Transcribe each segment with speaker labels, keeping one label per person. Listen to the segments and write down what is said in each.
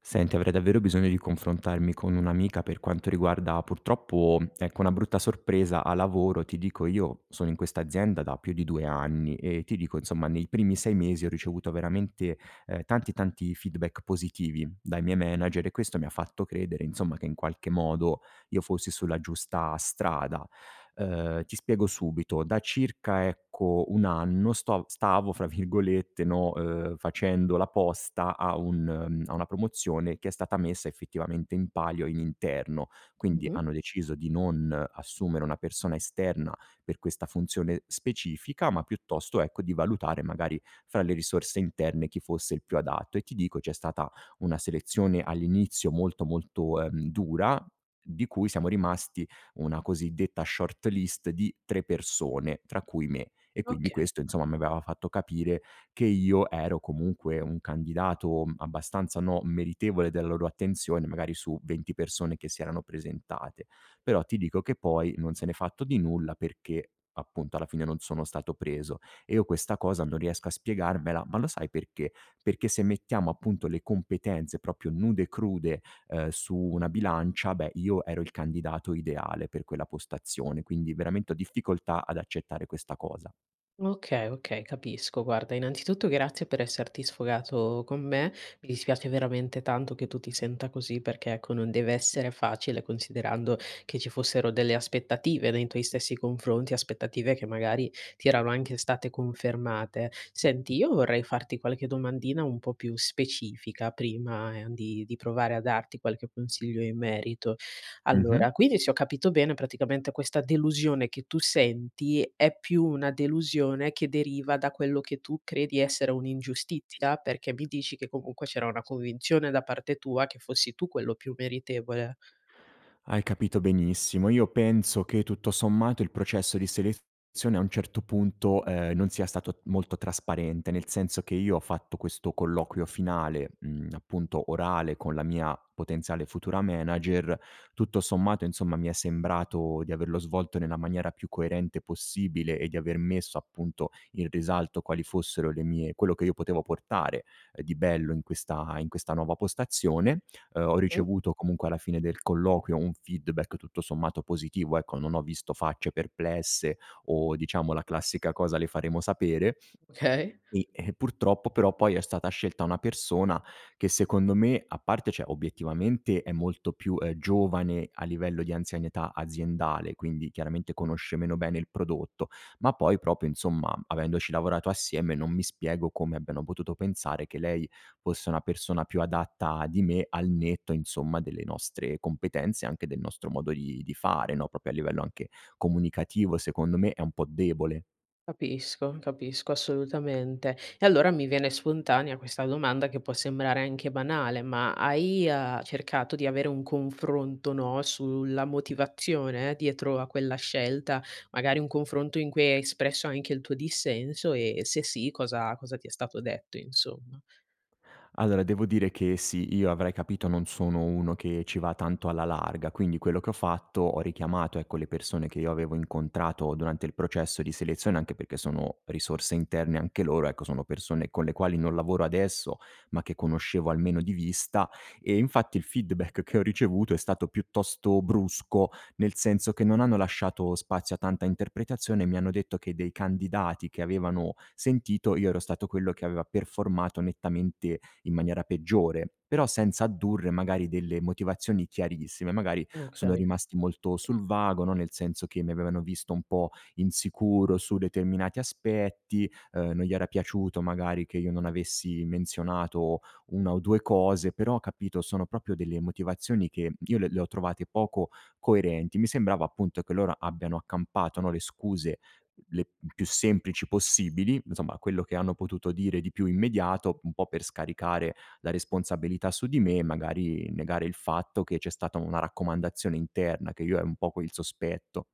Speaker 1: Senti, avrei davvero bisogno di confrontarmi con un'amica per quanto riguarda purtroppo, ecco, una brutta sorpresa a lavoro. Ti dico, io sono in questa azienda da più di 2 anni e ti dico, insomma, nei primi 6 mesi ho ricevuto veramente tanti tanti feedback positivi dai miei manager e questo mi ha fatto credere, insomma, che in qualche modo io fossi sulla giusta strada. Ti spiego subito: da circa, ecco, 1 anno sto stavo, fra virgolette, no, "facendo la posta" a un a una promozione che è stata messa effettivamente in palio in interno. Quindi
Speaker 2: Mh-mh.
Speaker 1: hanno deciso di non assumere una persona esterna per questa funzione specifica, ma piuttosto, ecco, di valutare magari fra le risorse interne chi fosse il più adatto e ti dico c'è stata una selezione all'inizio molto, molto, dura, di cui siamo rimasti una cosiddetta short list di 3 persone, tra cui me. E quindi
Speaker 2: Okay,
Speaker 1: questo insomma mi aveva fatto capire che io ero comunque un candidato, abbastanza, no, meritevole della loro attenzione, magari su 20 persone che si erano presentate. Però ti dico che poi non se n'è fatto di nulla perché appunto alla fine non sono stato preso. E io questa cosa non riesco a spiegarmela, ma lo sai perché? Perché se mettiamo appunto le competenze proprio nude e crude su una bilancia, beh, io ero il candidato ideale per quella postazione, quindi veramente ho difficoltà ad accettare questa cosa.
Speaker 2: okay, capisco. Guarda, innanzitutto grazie per esserti sfogato con me. Mi dispiace veramente tanto che tu ti senta così perché, ecco, non deve essere facile considerando che ci fossero delle aspettative nei tuoi stessi confronti, aspettative che magari ti erano anche state confermate. Senti, io vorrei farti qualche domandina un po' più specifica prima, di provare a darti qualche consiglio in merito.
Speaker 1: Mh-mh.
Speaker 2: Allora, quindi se ho capito bene, praticamente questa delusione che tu senti è più una delusione che deriva da quello che tu credi essere un'ingiustizia, perché mi dici che comunque c'era una convinzione da parte tua che fossi tu quello più meritevole.
Speaker 1: Hai capito benissimo. Io penso che tutto sommato il processo di selezione a un certo punto, non sia stato molto trasparente, nel senso che io ho fatto questo colloquio finale, appunto orale con la mia potenziale futura manager. Tutto sommato, insomma, mi è sembrato di averlo svolto nella maniera più coerente possibile e di aver messo appunto in risalto quali fossero le mie quello che io potevo portare, di bello in questa nuova postazione. Ho
Speaker 2: Mh,
Speaker 1: ricevuto comunque alla fine del colloquio un feedback tutto sommato positivo, ecco, non ho visto facce perplesse o diciamo la classica cosa: "Le faremo sapere."
Speaker 2: okay.
Speaker 1: Sì, e purtroppo però poi è stata scelta una persona che secondo me, a parte cioè obiettivamente è molto più, giovane a livello di anzianità aziendale, quindi chiaramente conosce meno bene il prodotto, ma poi proprio insomma, avendoci lavorato assieme, non mi spiego come abbiano potuto pensare che lei fosse una persona più adatta di me al netto insomma delle nostre competenze e anche del nostro modo di fare, no, proprio a livello anche comunicativo, secondo me è un po' debole.
Speaker 2: Capisco, capisco assolutamente. E allora mi viene spontanea questa domanda che può sembrare anche banale, ma hai, cercato di avere un confronto, no, sulla motivazione dietro a quella scelta, magari un confronto in cui hai espresso anche il tuo dissenso e se sì cosa ti è stato detto insomma?
Speaker 1: Allora, devo dire che sì, io avrai capito non sono uno che ci va tanto alla larga, quindi quello che ho fatto, ho richiamato, ecco, le persone che io avevo incontrato durante il processo di selezione, anche perché sono risorse interne anche loro, ecco, sono persone con le quali non lavoro adesso, ma che conoscevo almeno di vista e infatti il feedback che ho ricevuto è stato piuttosto brusco, nel senso che non hanno lasciato spazio a tanta interpretazione, mi hanno detto che dei candidati che avevano sentito, io ero stato quello che aveva performato nettamente in maniera peggiore, però senza addurre magari delle motivazioni chiarissime. Magari
Speaker 2: Oka
Speaker 1: sono rimasti molto sul vago, no, nel senso che mi avevano visto un po' insicuro su determinati aspetti, non gli era piaciuto magari che io non avessi menzionato 1 o 2 cose, però capito, sono proprio delle motivazioni che io le ho trovate poco coerenti. Mi sembrava appunto che loro abbiano accampato, no, le scuse le più semplici possibili, insomma quello che hanno potuto dire di più immediato, un po' per scaricare la responsabilità su di me e magari negare il fatto che c'è stata una raccomandazione interna, che io è un po' quel sospetto.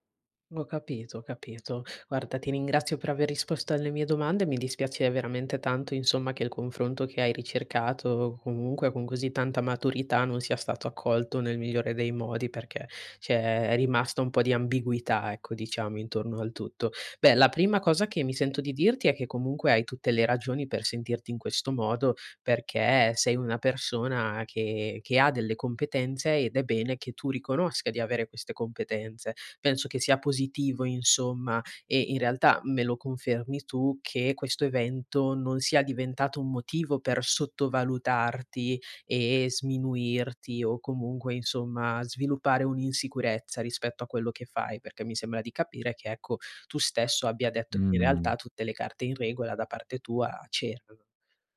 Speaker 2: Ho capito, ho capito. Guarda, ti ringrazio per aver risposto alle mie domande. Mi dispiace veramente tanto, insomma, che il confronto che hai ricercato, comunque con così tanta maturità, non sia stato accolto nel migliore dei modi, perché c'è rimasta un po' di ambiguità, ecco, diciamo, intorno al tutto. Beh, la prima cosa che mi sento di dirti è che comunque hai tutte le ragioni per sentirti in questo modo, perché sei una persona che ha delle competenze ed è bene che tu riconosca di avere queste competenze, penso che sia positivo insomma, e in realtà me lo confermi tu che questo evento non sia diventato un motivo per sottovalutarti e sminuirti o comunque insomma sviluppare un'insicurezza rispetto a quello che fai, perché mi sembra di capire che ecco, tu stesso abbia detto che in realtà
Speaker 1: Mh.
Speaker 2: tutte le carte in regola da parte tua c'erano.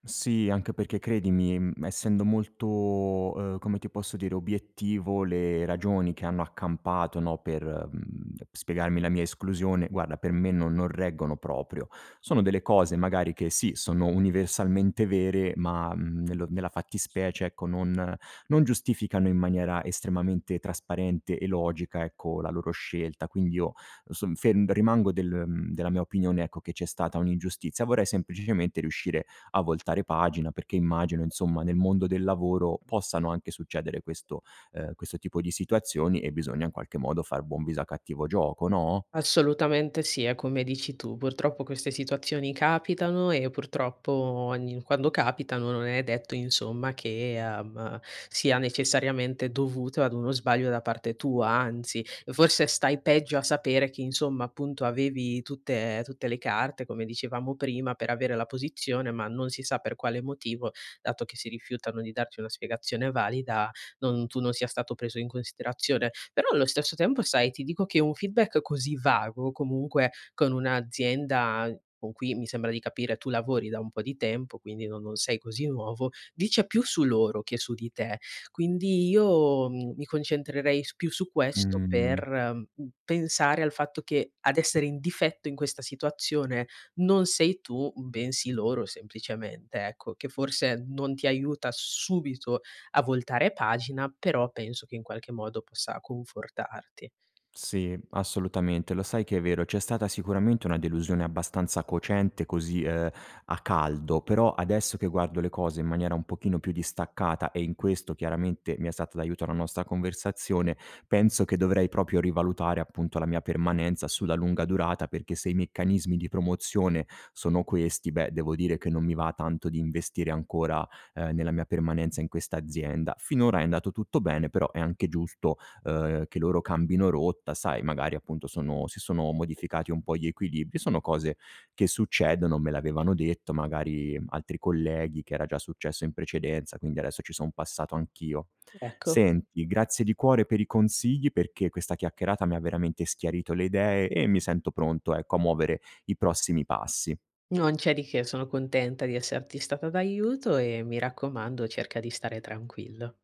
Speaker 1: Sì, anche perché credimi, essendo molto, come ti posso dire, obiettivo le ragioni che hanno accampato, no, per, spiegarmi la mia esclusione, guarda per me non reggono proprio. Sono delle cose magari che sì, sono universalmente vere, ma, nello nella fattispecie, ecco, non giustificano in maniera estremamente trasparente e logica, ecco, la loro scelta. Quindi io son ferm rimango della mia opinione, ecco, che c'è stata un'ingiustizia. Vorrei semplicemente riuscire a voltare pagina, perché immagino insomma nel mondo del lavoro possano anche succedere questo tipo di situazioni e bisogna in qualche modo far buon viso a cattivo gioco, no?
Speaker 2: Assolutamente sì, è come dici tu. Purtroppo queste situazioni capitano e purtroppo ogni quando capitano non è detto insomma che, sia necessariamente dovuto ad uno sbaglio da parte tua, anzi forse stai peggio a sapere che insomma appunto avevi tutte le carte, come dicevamo prima, per avere la posizione, ma non si sa per quale motivo, dato che si rifiutano di darti una spiegazione valida, non tu non sia stato preso in considerazione. Però allo stesso tempo, sai, ti dico che un feedback così vago, comunque con un'azienda con cui mi sembra di capire tu lavori da un po' di tempo, quindi non sei così nuovo, dice più su loro che su di te. Quindi io, mi concentrerei s più su questo
Speaker 1: Mh.
Speaker 2: per, pensare al fatto che ad essere in difetto in questa situazione non sei tu, bensì loro semplicemente, ecco, che forse non ti aiuta subito a voltare pagina, però penso che in qualche modo possa confortarti.
Speaker 1: Sì, assolutamente. Lo sai che è vero, c'è stata sicuramente una delusione abbastanza cocente così, a caldo, però adesso che guardo le cose in maniera un pochino più distaccata e in questo chiaramente mi è stata d'aiuto la nostra conversazione, penso che dovrei proprio rivalutare appunto la mia permanenza sulla lunga durata, perché se i meccanismi di promozione sono questi, beh, devo dire che non mi va tanto di investire ancora, nella mia permanenza in questa azienda. Finora è andato tutto bene, però è anche giusto che loro cambino rotta, sai, magari appunto sono si sono modificati un po' gli equilibri, sono cose che succedono, me l'avevano detto magari altri colleghi che era già successo in precedenza, quindi adesso ci son passato anch'io.
Speaker 2: Ecco,
Speaker 1: Senti, grazie di cuore per i consigli perché questa chiacchierata mi ha veramente chiarito le idee e mi sento pronto, ecco, a muovere i prossimi passi.
Speaker 2: non c'è di che, sono contenta di esserti stata d'aiuto e mi raccomando cerca di stare tranquillo.